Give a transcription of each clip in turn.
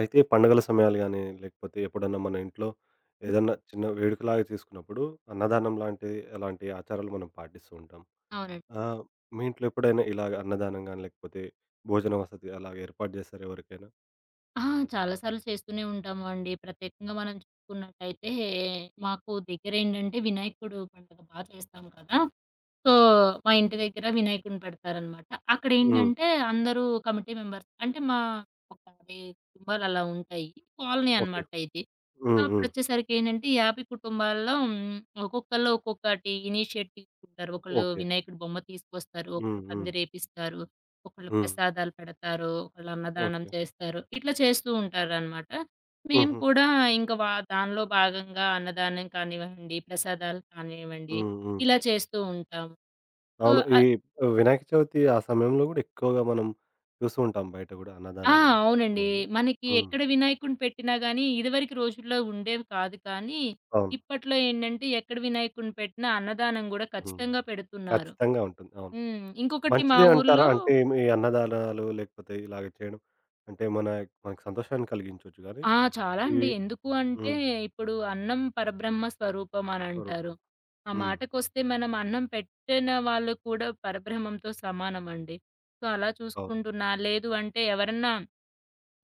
అయితే పండుగల సమయాలు గానీ, లేకపోతే ఎప్పుడన్నా మన ఇంట్లో ఏదన్నా చిన్న వేడుకలాగా చేసుకున్నప్పుడు అన్నదానం లాంటి అలాంటి ఆచారాలు మనం పాటిస్తూ ఉంటాం. అవునండి. ఆహ్, మీ ఇంట్లో ఎప్పుడైనా ఇలాగ అన్నదానం గాని, లేకపోతే భోజన వసతి అలాగ ఏర్పాటు చేశారా ఎవరికైనా? ఆ! చాలా సార్లు చేస్తూనే ఉంటామండి. ప్రత్యేకంగా మనం చూసుకున్నట్టయితే, మాకు దగ్గరేంటంటే వినాయకుడు పండుగ బా చేస్తాం కదా! సో, మా ఇంటి దగ్గర వినాయకుడిని పెడతారనమాట. హ్మ్. అక్కడేంటంటే అందరూ కమిటీ మెంబర్స్ అంటే మా ఒక 50 కుటుంబాలు అలా ఉంటాయి. Colony okay. అనమాట ఇది. హ్మ్. హ్మ్. అప్పుడొచ్చేసరికి ఏంటంటే 50 కుటుంబాల్లో ఒక్కొక్కళ్ళు ఒక్కొక్కటి ఇనిషియేట్ తీసుకుంటారు. ఒకళ్ళు ఓకే. వినాయకుడి బొమ్మ తీసుకొస్తారు. ఒకళ్ళు హ్మ్. హ్మ్. పందిరేపిస్తారు. ఒకళ్ళు హ్మ్. ప్రసాదాలు పెడతారు. ఒకళ్ళు అన్నదానం ఓకే. చేస్తారు. ఇట్లా చేస్తూ ఉంటారనమాట. మేము హుహు. కూడా ఇంక దానిలో భాగంగా అన్నదానం కానివ్వండి, ప్రసాదాలు కానివ్వండి హ్మ్. హ్మ్. ఇలా చేస్తూ ఉంటాము. సో, అవును. ఈ ఆహ్, వినాయక చవితి ఆ సమయంలో గూడా ఎక్కువగా మనం చూస్తూ ఉంటాం బయట గూడా ఆ! అన్నదానాలు ఆ అవునండి. కార్యక్రమాలు. మనకి హ్మ్. ఎక్కడ వినాయకుడిని పెట్టినా గానీ, ఇదివరకు రోజుల్లో ఉండేవి కాదు కానీ, అవును. ఇప్పట్లో ఏంటంటే ఎక్కడ వినాయకుడిని పెట్టినా అన్నదానం గూడా హ్మ్. ఖచ్చితంగా పెడుతున్నారు. ఖచ్చితంగా ఉంటుంది. అవును. హ్మ్. ఇంకొకటి మా మంచిదే అంటారా? ఊర్లో అంటే మీ అన్నదానాలు లేకపోతే ఇలాగ చేయడం. అంటే మన మనకు సంతోషాన్ని కలిగించొచ్చు గానీ చాలా అండి. ఇవి ఎందుకు అంటే హ్మ్. ఇప్పుడు అన్నం పరబ్రహ్మ స్వరూపం అనంటారు. స్వరూపం. ఆ హ్మ్. మాటకొస్తే మనం అన్నం పెట్టిన వాళ్ళు కూడా పరబ్రహ్మంతో సమానమండి. సో, అలా అవును. చూసుకుంటున్నా లేదు అంటే ఎవరన్నా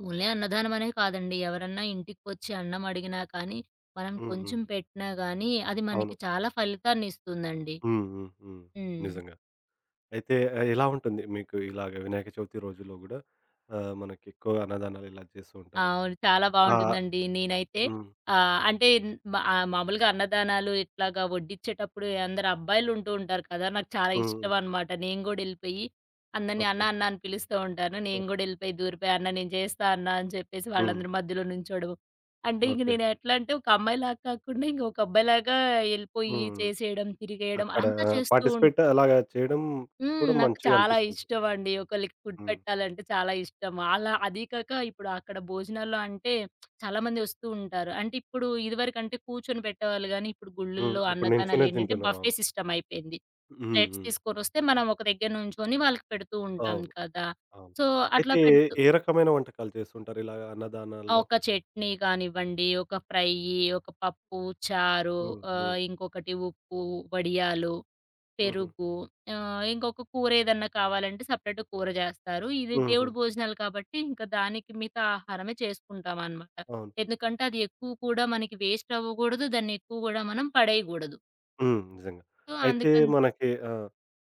ఓన్లీ అన్నదానం అనే కాదండి. ఎవరన్నా ఇంటికొచ్చి అన్నం అడిగినా కానీ, మనం హ్మ్. హ్మ్. కొంచెం పెట్టినా గానీ, అది మనకి అవును. చాలా ఫలితాన్నిస్తుందండి. హ్మ్. హ్మ్. హ్మ్. హ్మ్. నిజంగా. అయితే ఎలా ఉంటుంది మీకు ఇలాగ వినాయక చవితి రోజుల్లో గూడా మనకి ఎక్కువ అన్నదానాలు ఇలా చేస్తూ ఉంటారు. అవును. చాలా ఆ! బావుంటుందండి. నేనైతే హ్మ్. ఆహ్, అంటే మా ఆహ్, మామూలుగా అన్నదానాలు ఇట్లాగా వడ్డిచ్చేటప్పుడు అందరు అబ్బాయిలుంటూ ఉంటారు కదా! నాకు చాలా హ్మ్. ఇష్టమనమాట. నేను గూడా ఎళ్ళిపోయి అందరిని అన్న, ఓకే. అన్న అని పిలుస్తూ ఉంటాను. నేను గూడా ఎళ్ళిపోయి దూరిపోయి అన్న నేను చేస్తా అన్న అని చెప్పేసి హ్మ్. వాళ్ళందరి మధ్యలో నుంచోవడం. అంటే ఇంక ఓకే. నేను ఎట్లా అంటే ఒక అమ్మాయిలాగా కాకుండా ఇంకొక అబ్బాయిలాగా ఎళ్ళిపోయి హ్మ్. చేసేయడం, తిరిగేయడం అక్కడ అదంతా చేస్తూ ఉంటా. పార్టిసిపేట్ అలాగా చేయడం హ్మ్. కూడా నాకు మంచిగా చాలా అనిపిస్తుంది. ఇష్టమండి. ఒకళ్ళకి ఫుడ్ హ్మ్. పెట్టాలంటే చాలా ఇష్టం. అలా అదీ కాక ఇప్పుడు అక్కడ భోజనాల్లో అంటే చాలా మంది వస్తూ ఉంటారు. అంటే ఇప్పుడు ఇదివరకంటే కూర్చొని పెట్టేవాళ్ళు గానీ, ఇప్పుడు హ్మ్. గుళ్ళల్లో ఇప్పుడు నించొనే అన్నదానాలేంటంటే తింటున్నారు. బఫే అవును. సిస్టమ్ అయిపోయింది. హ్మ్. ప్లేట్స్ హ్మ్. తీసుకొనొస్తే మనం ఒక దగ్గర నుంచొని వాళ్ళకి పెడుతూ ఉంటాం అవును. కదా! అవును. సో, అట్లా అయితే ఏ పెడుతూ ఏ రకమైన వంటకాలు చేస్తుంటారు ఇలాగ అన్నదానాల్లో? ఒక చట్నీ కానివ్వండి, ఒక ఫ్రయ్యి, ఒక పప్పు, చారు హ్మ్. హ్మ్. ఇంకొకటి ఉప్పు, వడియాలు హుహు. పెరుగు ఇంకొక కూర ఏదన్నా కావాలంటే సెపరేట్ కూర జేస్తారు. ఇది హుహు. దేవుడి భోజనాలు కాబట్టి ఇంకా దానికి మిగతా ఆహారమే చేసుకుంటామనమాట. అవును. ఎందుకంటే అది ఎక్కువ కూడా మనకి వేస్ట్ అవ్వకూడదు. దాన్ని ఎక్కువ గూడా మనం పడేయగూడదు. హ్మ్. నిజంగా. సో, అయితే అందుకని మనకి ఆ!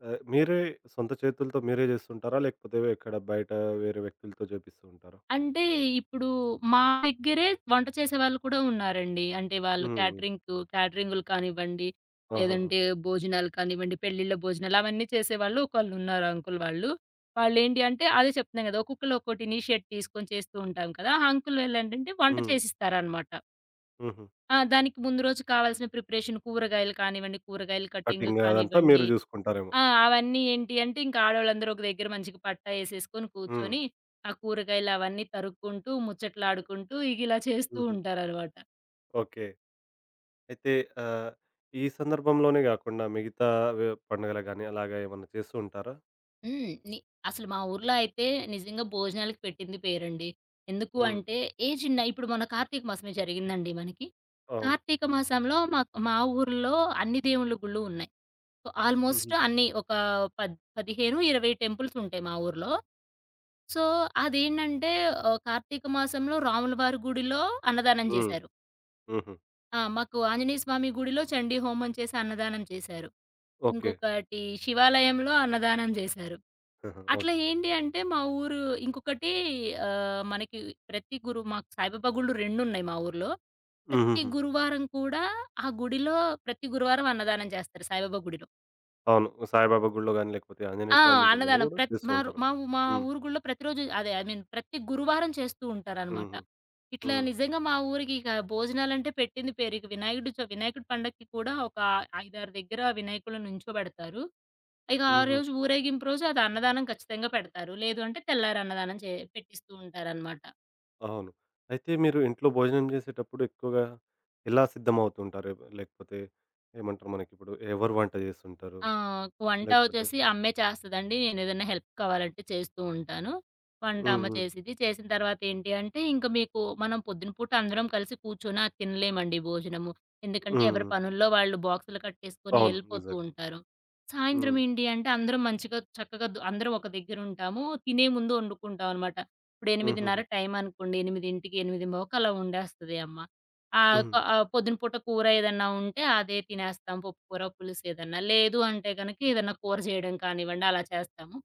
ఆహ్, మీరే సొంత చేతులతో మీరే చేస్తుంటారా? లేకపోతే ఎక్కడ బయట వేరే వ్యక్తులతో చేపిస్తూ ఉంటారా? అంటే ఇప్పుడు మా దగ్గరే వంట చేసేవాళ్ళు కూడా ఉన్నారండి. అంటే వాళ్ళు హ్మ్. క్యాటరింగులు కానివ్వండి, ఆహాహా! లేదంటే భోజనాలు కానివ్వండి, పెళ్ళిళ్ళ భోజనాలు అవన్నీ చేసేవాళ్ళు ఒకళ్ళున్నారు అంకుల్ వాళ్ళు. వాళ్ళేంటి అంటే అదే చెప్తున్నాను గదా! ఒక్కొక్కళ్ళు ఒక్కోటి ఇనిషియేట్ తీసుకొని చేస్తూ ఉంటాం కదా! ఆ అంకుల్ వీళ్ళేంటంటే వంట హ్మ్. చేసిస్తారనమాట. హుహు. దానికి ముందు రోజు కావాల్సిన ప్రిపరేషన్ కూరగాయలు కానివ్వండి, కూరగాయలు కటింగ్ కటింగ్ అదంతా కానివ్వండి మీరు చూసుకుంటారేమో. అవన్నీ ఏంటి అంటే, ఇంక ఆడోళ్ళందరూ ఒక దగ్గర మంచిగా పట్టా యేసేసుకొని హ్మ్. కూర్చొని, ఆ కూరగాయలవన్నీ తరుక్కుంటూ, ముచ్చట్లాడుకుంటూ ఇగిలా చేస్తూ హుహు. ఉంటారనమాట. ఓకే. అయితే ఆహ్, ఈ సందర్భంలోనే గాకుండా మిగతా పండుగలకు గాని అలాగా ఏమన్నా చేస్తూ ఉంటారా? హ్మ్. ని అసలు మా ఊర్లో అయితే నిజంగా భోజనాలకి పెట్టింది పేరండి. ఎందుకు హ్మ్. అంటే, ఏ చిన్న ఇప్పుడు మొన్న కార్తీక మాసమే జరిగిందండి మనకి. అవును. కార్తీక మాసంలో మా ఊర్లో అన్ని దేవుళ్ళ గుళ్ళు ఉన్నాయి. సో, ఆల్మోస్ట్ హుహు. అన్నీ ఒక 15, 20 టెంపుల్సుంటాయి మా ఊర్లో. సో, అదేంటంటే కార్తీక మాసంలో రాముల వారి గుడిలో అన్నదానం హ్మ్. జేశారు. హుహు. మాకు ఆంజనేయ స్వామి గుడిలో చండీ హోమం చేసి అన్నదానం చేశారు. ఓకే. ఇంకొకటి శివాలయంలో అన్నదానం జేశారు. ఆహా! అట్లా ఓకే. ఏంటి అంటే మా ఊరు ఇంకొకటి మనకి ప్రతి గురు మాకు సాయిబాబా గుళ్ళు 2 ఉన్నాయి మా ఊర్లో. ప్రతి హుహుహు. గురువారం కూడా ఆ గుడిలో ప్రతి గురువారం అన్నదానం జేస్తారు సాయిబాబా గుడిలో. అవును. సాయిబాబా గుడిలో గాని, లేకపోతే ఆ! ఆంజనేయ స్వామి గుళ్ళలో అన్నదానం. గూడా ప్రత్ చేస్తూ మా రు ఉంటారు. మా ఊ మా హ్మ్. ఊరు గుళ్ళో ప్రతిరోజు అదే ఐ మీన్ ప్రతి గురువారం చేస్తూ ఉంటారనమాట. హుహు. ఇట్లా హ్మ్. నిజంగా మా ఊరికి ఇక భోజనాలంటే పెట్టింది పేరు. ఇక వినాయకుడు చ వినాయకుడి పండక్కి కూడా ఒక 5, 6 దగ్గర వినాయకుడిని నుంచోబెడతారు. ఇక ఆ హుహు. రోజు ఊరేగింపు రోజు అది అన్నదానం ఖచ్చితంగా పెడతారు. లేదు అంటే తెల్లారి అన్నదానం చే పెట్టిస్తూ ఉంటారనమాట. అవును. అయితే మీరు ఇంట్లో భోజనం జేసేటప్పుడు ఎక్కువగా ఎలా సిద్ధమవుతూ ఉంటారు? లేకపోతే ఏమంటారు మనకిప్పుడు ఎవరు వంట జేస్తుంటారు? ఆ! వంట లేకపోతే వచ్చేసి అమ్మే చేస్తదండి. నేనేదైనా హెల్ప్ కావాలంటే చేస్తూ ఉంటాను. వంట హ్మ్. అమ్మ హ్మ్. చేసిద్ది. చేసిన తర్వాత ఏంటి అంటే, ఇంక మీకు మనం పొద్దున పూట అందరం కలిసి కూర్చొని అది తినలేమండి భోజనము. ఎందుకంటే, హ్మ్. ఎవరి హ్మ్. పనుల్లో వాళ్ళు బాక్సులు కట్టేసుకొని అవును. ఎళ్ళిపోతూ నిజంగా. ఉంటారు. సాయంత్రం హ్మ్. ఏంటి అంటే, అందరం మంచిగా చక్కగా దు అందరం ఒక దగ్గరుంటాము. తినే ముందు వండుకుంటామనమాట. ఇప్పుడు 8:30 హుహుహు. టైం అనుకోండి, 8:00కి, 8:30కి అలా వండేస్తది అమ్మ. హ్మ్. పొద్దున పూట కూర ఏదన్నా ఉంటే అదే తినేస్తాం. పప్పు కూర, పులుసు ఏదన్నా. లేదు అంటే గనక ఏదన్నా కూర చేయడం కానివ్వండి అలా చేస్తాము.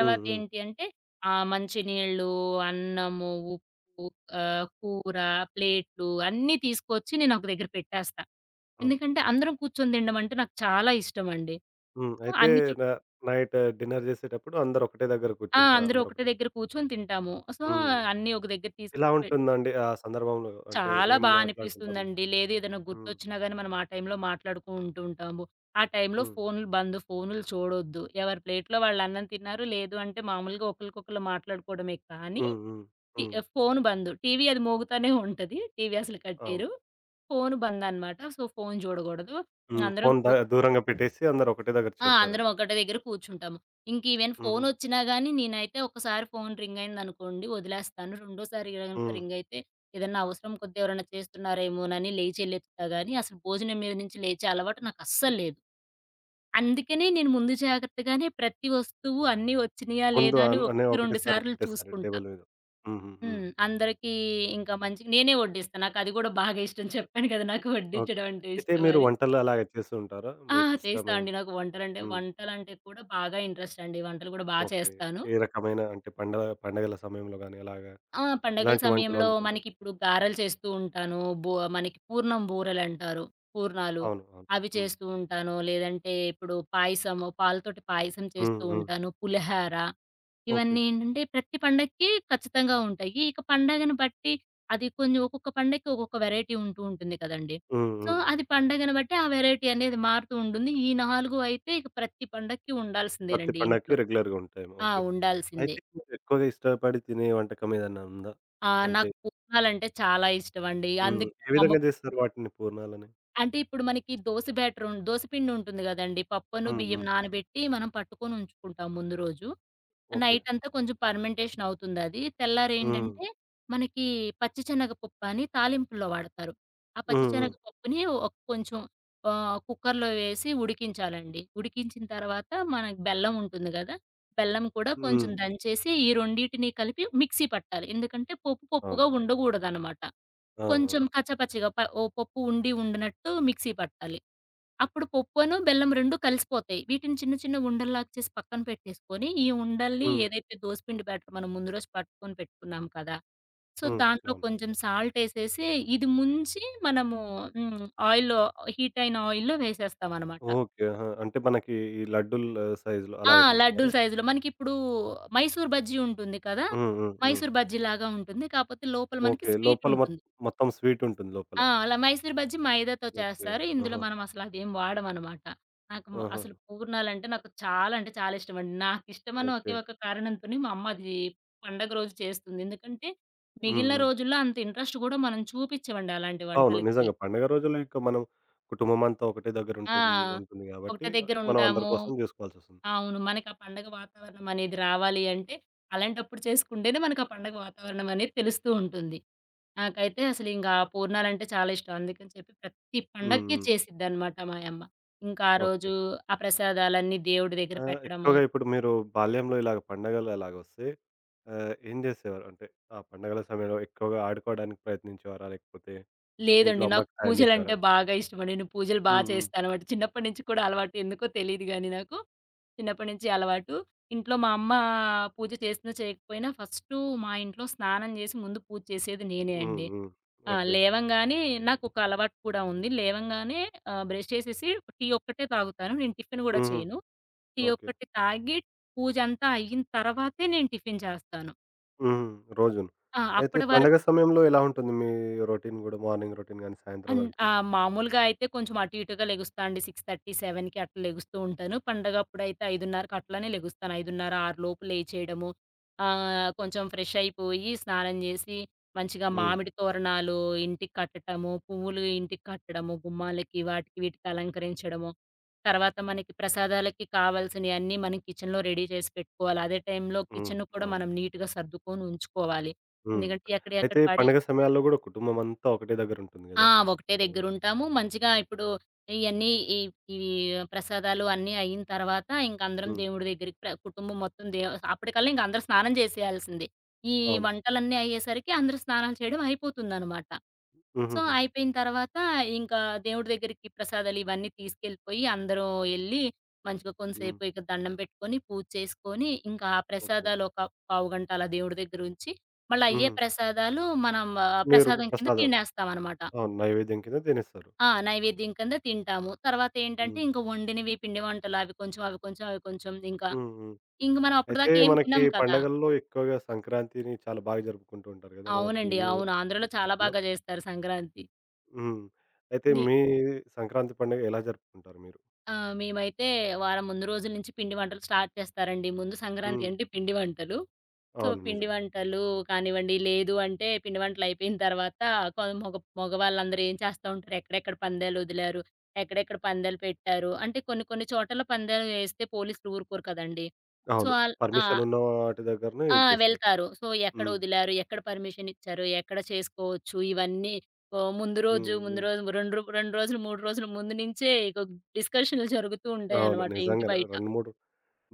హ్మ్. హ్మ్. ఏంటి అంటే మంచినీళ్ళు, అన్నము, ఉప్పు, కూర, ప్లేట్లు అన్నీ తీసుకొచ్చి నేను ఒక దగ్గర పెట్టేస్తా. అవును. ఎందుకంటే అందరం కూర్చొని తినడం అంటే నాకు చాలా ఇష్టమండి. హ్మ్. సో, అయితే అన్ని చు న నైట్ డిన్నర్ జేసేటప్పుడు అందరూ ఒకటే దగ్గర ఆ! కూర్చుంటారు. అందరూ అందరూ ఒకటే ఒకటే దగ్గర కూర్చొని తింటాము. సో, హ్మ్. అన్నీ ఒక దగ్గర ఎలా తీసుకొచ్చి పె ఉంటుందండి ఆ సందర్భంలో? అంటే చాలా ఏం బా మాట్లాడుకుంటారు? అనిపిస్తుందండి. లేదు ఏదైనా హ్మ్. గుర్తొచ్చినా గాని మనం ఆ టైంలో మాట్లాడుకుంటూ ఉంటాము. ఆ టైంలో హ్మ్. ఫోనులు బంద్. ఫోనులు చూడొద్దు. ఎవరి ప్లేట్‌లో వాళ్ళు అన్నం తిన్నారు. లేదు అంటే మామూలుగా ఒకళ్ళకొకళ్ళు మాట్లాడుకోవడమే కానీ హ్మ్. హ్మ్. టి హ్మ్. ఫోను బంద్. టీవీ అది మోగుతానే ఉంటది. టీవీ అసలు కట్ అవును. చేయరు. ఫోను బంద్ అనమాట. సో, ఫోను చూడకూడదు. ఇంగ హ్మ్. అందరం ఫోను కు దూరంగా పెట్టేసి అందరూ ఒకటే దగ్గర ఆ! అందరం చేరుతారేమో. ఒకటే దగ్గర కూర్చుంటాము. ఇంక ఈవెన్ హుహు. ఫోనొచ్చినా గానీ నేనైతే ఒకసారి ఫోను రింగయిందనుకోండి వదిలేస్తాను. రెండోసారి గనక హ్మ్. రింగయితే ఏదన్నా అవసరం కొద్దీ ఎవరైనా చేస్తున్నారేమోనని లేచెళ్ళెత్తుతా గానీ అసలు భోజనం మీద నుంచి లేచే అలవాటు నాకస్సలు లేదు. అందుకనే నేను ముందు జాగ్రత్తగానే ప్రతి వస్తువు అన్నీ వచ్చినయా ముందు లేదా అని అనే ఒకటికి రెండు ఒకటేసారి సార్లు పెట్టేస్తారు చూసుకుంటా. టేబుల్ మీద. హుహు. హ్మ్. హ్మ్. అందరికీ ఇంకా మంచిగా నేనే వడ్డిస్తా. నాకది గూడా బాగా ఇష్టం. చెప్పాను కదా! నాకు ఓకే. వడ్డించడం అంటే అయితే మీరు ఇష్టమని. వంటలు అలాగే చేస్తూ ఉంటారా? ఆ! చేస్తా మీకిష్టమైన అండి. నాకు వంటలంటే హ్మ్. వంటలంటే కూడా బాగా ఇంట్రెస్ట్ అండి. వంటలు కూడా బా ఓకే. చేస్తాను. ఏ రకమైన అంటే పండగల సమయంలో గాని అలాగా పండగల ఎలాంటి వంటలు సమయంలో వండుతుంటారు? మనకిప్పుడు గారెలు చేస్తూ ఉంటాను. మనకి పూర్ణం బూరెలంటారు. పూర్ణాలు. అవును. అవును. అవి హ్మ్. చేస్తూ ఉంటాను. లేదంటే ఇప్పుడు పాయసము, పాలతోటి పాయసం హ్మ్. చేస్తూ హ్మ్. ఉంటాను. పులిహార. ఓకే. ఇవన్నీ ఏంటంటే ప్రతి పండక్కి ఖచ్చితంగా ఉంటాయి. ఇక పండగను బట్టి అది కొంచెం ఒక్కొక్క పండక్కి ఒక్కొక్క వేరైటీ ఉంటూ ఉంటుంది కదండీ! హ్మ్. సో, హ్మ్. అది పండగను బట్టి ఆ వేరైటీ అనేది మారుతూ ఉంటుంది. ఈ 4 అయితే ఇక ప్రతి పండక్కి ప్రతి ఉండాల్సిందేనండి ఇంట్లో. పండగకి రెగ్యులర్‌గా ఉంటాయేమో. ఓకే. ఉండాల్సిందే. అయితే మీరెక్కువగా ఇష్టపడి తినే వంటకం ఏదన్నా ఉందా? ఆ! అంటే నాకు పూర్ణాలంటే చాలా ఇష్టమండి. హ్మ్. అందుకే ఏ మా అమ్మ విధంగా జేస్తారు వాటిని పూర్ణాలని? అంటే ఇప్పుడు మనకి దోస బ్యాటర్ ఉం దోస పిండి ఉంటుంది గదండీ! పప్పును, హ్మ్. బియ్యం హ్మ్. నానబెట్టి మనం పట్టుకొని ఉంచుకుంటాం ముందు రోజు. ఓకే. నైట్ అంతా కొంచెం ఫర్మెంటేషన్ అవుతుందది. హ్మ్. తెల్లారేంటంటే మనకి పచ్చి శనగపప్పు అని తాలింపుల్లో వాడతారు. ఆ పచ్చి హ్మ్. హ్మ్. శనగపప్పుని ఒక కొంచెం కుక్కర్‌లో వేసి ఉడికించాలండి. ఉడికించిన తర్వాత మనకి బెల్లం ఉంటుంది గదా! బెల్లం కూడా కొంచెం హ్మ్. దంచేసి ఈ రెండిటిని కలిపి మిక్సీ పట్టాలి. ఎందుకంటే పప్పు అవును. పప్పుగా ఉండగూడదనమాట. ఆ! ఆ! కొంచెం కచ్చాపచ్చిగా ప ఓ పప్పు ఉండి ఉండనట్టు మిక్సీ పట్టాలి. అప్పుడు పప్పును, బెల్లం 2 కలిసిపోతాయి. వీటిని చిన్న చిన్న ఉండల్లాగా చేసి పక్కన పెట్టేసుకొని, ఈ ఉండల్ని హ్మ్. ఏదైతే దోసపిండి బ్యాటర్ మనం ముందు రోజు పట్టుకొని పెట్టుకున్నాం కదా! సో, హ్మ్. దాంట్లో అవును. కొంచెం సాల్టేసేసి, ఇది ముంచి మనము హ్మ్. ఆయిల్‌లో హీట్ అయిన ఆయిల్‌లో వేసేస్తామనమాట. ఓకే. ఆహా! అంటే మనకి ఈ లడ్డూల సైజులో ఆ! అలాగే లడ్డూల జేస్తారా? సైజులో. మనకిప్పుడు మైసూర్ బజ్జీ ఉంటుంది కదా! హ్మ్. హ్మ్. హ్మ్. మైసూర్ బజ్జీ లాగా ఉంటుంది. కాపోతే లోపల మనకి ఓకే. లోపల మొత్ స్వీటుంటుంది. మొత్తం స్వీట్ ఉంటుంది లోపల. ఆ! అలా మైసూర్ బజ్జీ మైదాతో ఓకే. చేస్తారు. ఇందులో ఆహా! మనం అసలు అదేం వాడమనమాట. నాకు మ ఆహా! అసలు పూర్ణాలంటే నాకు చాలా అంటే చాలా ఇష్టమండి. నాకిష్టమని ఒకే ఓకే. ఒక కారణంతోనే మా అమ్మ అది పండగ రోజు చేస్తుంది. ఎందుకంటే హ్మ్. మిగిలిన హ్మ్. రోజుల్లో అంత ఇంట్రెస్ట్ గూడా మనం చూపిచ్చమండి అలాంటి అవును. వంటలకి. నిజంగా పండగ రోజుల్లో ఇంకా మనం కుటుంబమంతా ఒకటే దగ్గర ఆ! ఉంటుంది ఒకటే గాబట్టి, మనం అందరి దగ్గరుంటాము. కోసం జేసుకోవాల్సొస్తుంది. అవును. మనకి ఆ పండగ వాతావరణం అనేది రావాలి అంటే అలాంటప్పుడు చేసుకుంటేనే మనకు ఆ పండగ వాతావరణం అనేది తెలుస్తూ ఉంటుంది. నాకైతే అసలింకా పూర్ణాలంటే చాలా ఇష్టం. అందుకని చెప్పి ప్రతి హ్మ్. పండక్కి హ్మ్. చేసిద్దనమాట మాయమ్మ. ఇంకా ఆ ఓకే. రోజు ఆ ప్రసాదాలన్నీ దేవుడి దగ్గర పెట్టడము. ఎక్కువగా ఇప్పుడు మీరు బాల్యంలో ఇలాగ పండగలు అలాగొస్తే ఏం జేసేవారు? అంటే ఆ పండగల సమయంలో ఎక్కువగా ఆడుకోవడానికి ప్రయత్నించేవారా? లేకపోతే ఇంట్లో లేదండి నాకు అమ్మకి సాయం పూజలంటే జేసేవారా? బాగా ఇష్టమండి. నేను పూజలు బా హ్మ్. హ్మ్. చేస్తానమాట. చిన్నప్పటి నుంచి కూడా అలవాటు ఎందుకో తెలీదు గానీ నాకు. చిన్నప్పటి నుంచి అలవాటు. ఇంట్లో మా అమ్మ పూజ చేసినా చేయకపోయినా ఫస్టు మా ఇంట్లో స్నానం జేసి ముందు పూజ చేసేది నేనే హ్మ్. అండి. హ్మ్. ఓకే. లేవంగానే నాకొక అలవాటు కూడా ఉంది. లేవంగానే బ్రష్ చేసేసి టీ ఒక్కటే తాగుతాను. నేను టిఫిన్ గూడా హుహు. చేయను. Tea okay. ఒక్కటి తాగి పూజంతా అయిన తర్వాతే నేను టిఫిన్ చేస్తాను. హుహు. రోజును. అయితే అప్పటి వరకు పండగ సమయంలో ఎలా ఉంటుంది మీ రొటీన్ గూడా? మార్నింగ్ రొటీన్ గాని, సాయంత్రం అన్ వరకు? ఆ! మామూలుగా అయితే కొంచెం అటు ఇటుగా లెగుస్తా అండి. 6:30, 7కి అట్లా లెగుస్తూ ఉంటాను. పండగప్పుడైతే 5:30కి అట్లనే లెగుస్తాను. 5:30, 6 లోపు లేచేయడము. కొంచెం ఫ్రెష్ అయిపోయి, స్నానం జేసి, మంచిగా హ్మ్. మామిడి తోరణాలు ఇంటికి కట్టటము, పువ్వులు ఇంటికి కట్టడము, గుమ్మాలకి, వాటికి వీటికి అలంకరించడము. తర్వాత మనకి ప్రసాదాలకి కావాల్సినయన్నీ మనం కిచెన్‌లో రెడీ చేసి పెట్టుకోవాలి. అదే టైంలో హ్మ్. కిచెన్ కూడా అవును. మనం నీట్‌గా సర్దుకొని ఉంచుకోవాలి. హ్మ్. ఎందుకంటే ఎక్కడెక్కడ అయితే పడే పండగ సమయాల్లో గూడా కుటుంబమంతా ఒకటే దగ్గరుంటుంది ఆ! గదా! ఒకటే అవును. దగ్గరుంటాము. మంచిగా ఇప్పుడు ఇయన్నీ ఈ ఇవి ప్రసాదాలు అన్నీ అయిన తర్వాత ఇంకందరం హ్మ్. దేవుడి దగ్గరికి ప్ర కుటుంబం మొత్తం అప్పటికల్లా ఇంక అందరూ స్నానం చేసేయాల్సిందే. ఈ అవును. వంటలన్నీ అయ్యేసరికి అందరూ స్నానాలు చేయడం అయిపోతుందనమాట. సో, హుహుహు. అయిపోయిన తర్వాత ఇంకా దేవుడి దగ్గరికి ప్రసాదాలు ఇవన్నీ తీసుకెళ్ళిపోయి అందరూ ఎళ్లి మంచిగా హ్మ్. కొంతసేపు ఇక దండం పెట్టుకొని, పూజ చేసుకొని, ఇంకా ఆ ఓకే. ప్రసాదాలు ఒక పావుగంట అలా దేవుడి దగ్గరుంచి, మళ్ళా అయ్యే హుహు. ప్రసాదాలు మనం మీరు ప్రసాదం కింద ప్రసాదం. తినేస్తామనమాట. అవును. నైవేద్యం కింద తినేస్తారు. ఆ! నైవేద్యం కింద తింటాము. తర్వాతేంటంటే, హ్మ్. ఇంక వండినవి పిండి వంటలు అవి కొంచెం, అవి కొంచెం, అవి కొంచెం ఇంకా. హ్మ్. హ్మ్. ఇంక మనం అయితే అప్పటిదాకా ఏం మనకి తినం కదా! పండగల్లో ఎక్కువగా సంక్రాంతిని చాలా బాగా జరుపుకుంటూ ఉంటారు గదా! మన అవునండి. తెలుగు అవును. ఆంధ్రలో చాలా సంస్కృతిలో. బాగా జేస్తారు సంక్రాంతి. హ్మ్. అయితే ని మీ సంక్రాంతి పండుగ ఎలా జరుపుకుంటారు మీరు? ఆ! మేమైతే వారం ముందు రోజుల నుంచి పిండి వంటలు స్టార్ట్ చేస్తారండి. ముందు సంక్రాంతి హ్మ్. అంటే పిండి వంటలు. సో, అవును. పిండి నిజంగా. వంటలు కానివ్వండి, లేదు అంటే పిండి వంటలు అయిపోయిన తర్వాత కొ మగ మగవాళ్ళందరూ ఏం చేస్తా ఉంటారు, ఎక్కడెక్కడ పందాలొదిలారు, ఎక్కడెక్కడ పందాలు పెట్టారు. అంటే కొన్ని కొన్ని చోట్లలో పందాలు వేస్తే పోలీసులు ఊరుకోరు కదండీ! సో, అవును. ఆల్ ఆ! పర్మిషన్ ఉన్న వాటి దగ్గరనే ఆ! ఇది చేస్తారు. వెళ్తారు. సో, ఎక్కడ హ్మ్. వదిలారు, ఎక్కడ పర్మిషన్ ఇచ్చారు, ఎక్కడ చేసుకోవచ్చు ఇవన్నీ హ్మ్. ముందు హ్మ్. రోజు 2 రోజులు, 3 రోజులు ముందు నుంచే ఇక డిస్కషన్‌లు జరుగుతూ అవును. ఉంటాయన్నమాట ఇంటి నిజంగానే బయట. 2, 3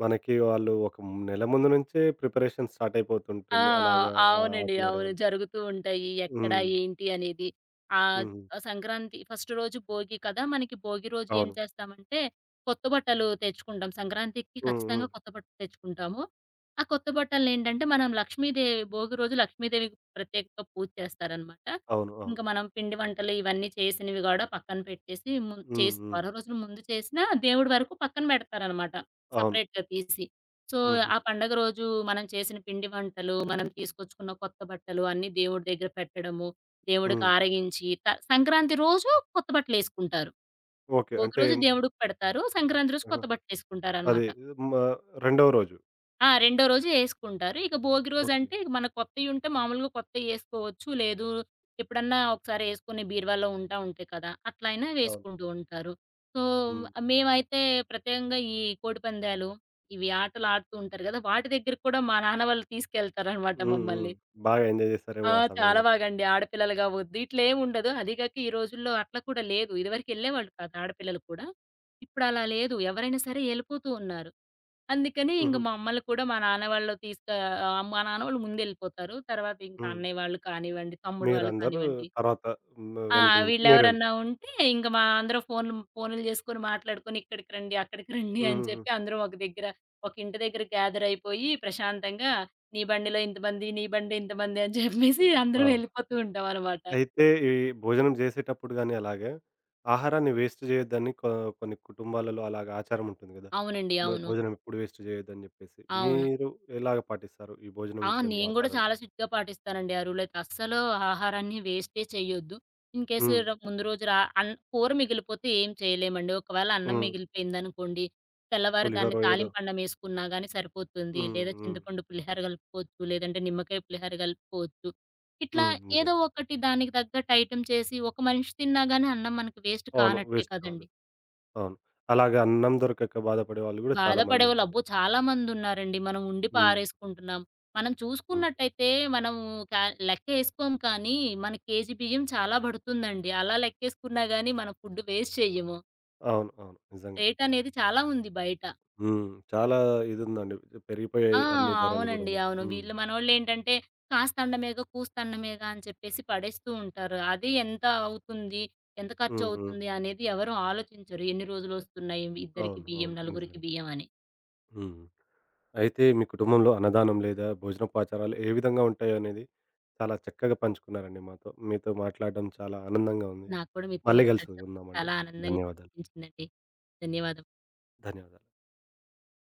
మనకి వాళ్ళు ఒక నెల ముందు నుంచే ప్రిపరేషన్ స్టార్ట్ ఆ! అయిపోతుంటుంది. అలాగా ఆ అవునండి. అవును. ఆటలాడేవాళ్ళు. జరుగుతూ ఉంటాయి. ఎక్కడ, హ్మ్. ఏంటి అనేది. ఆహ్, హ్మ్. సంక్రాంతి ఫస్ట్ రోజు భోగి కదా! మనకి భోగి రోజు ఏం అవును. చేస్తామంటే, కొత్త బట్టలు తెచ్చుకుంటాం. సంక్రాంతికి హ్మ్. ఖచ్చితంగా హ్మ్. కొత్త బట్టలు తెచ్చుకుంటాము. ఆ కొత్త బట్టలనేంటంటే, మనం లక్ష్మీదేవి భోగి రోజు లక్ష్మీదేవికి ప్రత్యేకంగా పూజ చేస్తారనమాట. అవును. అవును. ఇంక మనం పిండి వంటలు ఇవన్నీ చేసినవి గూడా పక్కన పెట్టేసి, హ్మ్. చేసి హ్మ్. వారం రోజుల ముందు చేసినా దేవుడి వరకు పక్కన పెడతారనమాట. అవును. సెపరేట్‌గా తీసి. సో, హుహు. ఆ పండగ రోజు మనం చేసిన పిండి వంటలు, మనం తీసుకొచ్చుకున్న కొత్త బట్టలు అన్నీ దేవుడి దగ్గర పెట్టడము, దేవుడికి హ్మ్. ఆరగించి సంక్రాంతి రోజు కొత్త బట్టలేసుకుంటారు. ఓకే. భోగి అంటే రోజు దేవుడికి పెడతారు. సంక్రాంతి రోజు ఆహా! కొత్త అదే బట్టలేసుకుంటారనమాట. మ రెండవ రోజు. ఆ! రెండో రోజు యేసుకుంటారు. ఇక భోగి ఓకే. రోజంటే ఇక మన కొత్తయుంటే మామూలుగా కొత్తయి యేసుకోవచ్చు. లేదు ఎప్పుడన్నా ఒకసారి యేసుకొని బీరువాలో ఉంటాయి కదా! అట్లా అయినా అవును. వేసుకుంటూ ఉంటారు. సో, హ్మ్. మేమైతే ప్రత్యేకంగా ఈ కోడిపందాలు, ఇవి ఆటలు ఆడుతూ ఉంటారు గదా! వాటి దగ్గరికి కూడా మా నాన్న వాళ్ళు తీసుకెళ్తారనమాట హ్మ్. హ్మ్. మమ్మల్ని. బాగా ఎంజాయ్ ఆ! చేశారేమో ఆ చాలా సమయంలో. బాగండి. ఆడపిల్లలుగా వద్దు ఇట్లేముండదు. అది కాక ఈ రోజుల్లో అట్లా కూడా లేదు. ఇదివరకెళ్ళేవాళ్ళు కాదు ఆడపిల్లలు కూడా. ఇప్పుడలా లేదు. ఎవరైనా సరే యెళ్ళిపోతూ ఉన్నారు. అందుకని ఇంక హుహు. మా అమ్మలు కూడా మా నాన్న వాళ్ళు మా నాన్న వాళ్ళు ముందెళ్ళిపోతారు. తర్వాత ఇంకా హ్మ్. అన్నయ్య వాళ్ళు కానివ్వండి, తమ్ముడు వాళ్ళు మీరందరూ కానివ్వండి తర్వాత హ్మ్. ఆ! వెనక నుంచి వీళ్ళెవరన్నా మీరెళ్తారు. ఉంటే ఇంక మా అందరం ఫోనులు చేసుకొని మాట్లాడుకొని ఇక్కడికి రండి, అక్కడికి రండి అని హుహుహు. చెప్పి అందరం ఒక దగ్గర ఒక ఇంటి దగ్గర గ్యాదర్ అయిపోయి ప్రశాంతంగా నీ బండిలో ఇంతమంది, నీ బండిలో ఇంతమంది అని చెప్పేసి అందరం అవును. వెళ్ళిపోతూ ఉంటామనమాట. అయితే ఈ భోజనం చేసేటప్పుడు గాని అలాగే ఆహారాన్ని వేస్ట్ చేయొద్దని కొన్ని కుటుంబాలలో అలాగా ఆచారం ఉంటుంది గదా! అవునండి. మరి అవును. భోజనం ఎప్పుడు వేస్ట్ చేయొద్దని జెప్పేసి. అవును. మీరు ఎలాగ పాటిస్తారు ఈ భోజనం ఆ! విషయంలో నేను గూడా ఆచారాలు? చాలా స్ట్రిక్ట్‌గా పాటిస్తానండి ఆ రూల్ అయితే. అస్సలు ఆహారాన్ని వేస్టే చెయ్యొద్దు. ఇన్ కేస్ హ్మ్. ర ముందు రోజు రా అన్ కూర మిగిలిపోతే ఏం చేయలేమండి. ఒకవేళ అన్నం హ్మ్. మిగిలిపోయిందనుకోండి, తెల్లవారి పులిహోర దాన్ని ఏదో తాలింపన్నమేసుకున్నా గానీ సరిపోతుంది. హ్మ్. లేదా హ్మ్. చింతపండు పులిహోర కలుపుకోవచ్చు. లేదంటే నిమ్మకాయ పులిహోర కలుపుకోవచ్చు. ఇట్లా హ్మ్. ఏదో నిజంగా. ఒకటి దానికి తగ్గట్టు ఐటెమ్ చేసి ఒక మనిషి తిన్నా గానీ అన్నం మనకి వేస్ట్ అవును. కానట్టే వేస్ట్ కాదు. కదండీ! అవును. అలాగే అన్నం దొరకక బాధపడే వాళ్ళు గూడా చాలా బాధపడేవాళ్ళు మందుంటారు. అబ్బో! చాలామందున్నారండి. మనం ఉండి హ్మ్. పారేసుకుంటున్నాం. మనం హ్మ్. చూసుకున్నట్టయితే మనము కా లెక్కేసుకోం కానీ, మన కేజీ బియ్యం చాలా పడుతుందండి. అలా లెక్కేసుకున్నా గాని మనం ఫుడ్ వేస్ట్ చెయ్యము. అవును. అవును. నిజంగానే. రేటనేది చాలా ఉంది బయట. హ్మ్. చాలా ఇదుందండి. ఆ! పెరిగిపోయాయి అన్ని ధరలు అవునండి. గూడాను. అవును. హ్మ్. వీళ్ళు మనోళ్ళేంటంటే, కాస్తన్నమేగా, కూస్తన్నమేగా అని చెప్పేసి పడేస్తూ ఉంటారు. అది ఎంత అవుతుంది? ఎంత హ్మ్. హ్మ్. ఖర్చవుతుంది? అనేది ఎవరు ఆలోచించరు. ఎన్ని రోజులొస్తున్నాయి ఇద్దరికి అవును. బియ్యం, అవును. నలుగురికి నిజంగా. బియ్యం అని. హ్మ్. అయితే మీ కుటుంబంలో అన్నదానం లేదా భోజనపు ఆచారాలు ఏ విధంగా ఉంటాయనేది చాలా చక్కగా పంచుకున్నారండి మాతో. మీతో మాట్లాడడం చాలా ఆనందంగా ఉంది. నాకు కూడా మీతో మళ్ళీ మాట్లాడడం గలుసుకుందామండి. చాలా ఆనందంగా ధన్యవాదాలు. అనిపించిందండి. ధన్యవాదం. ధన్యవాదాలు.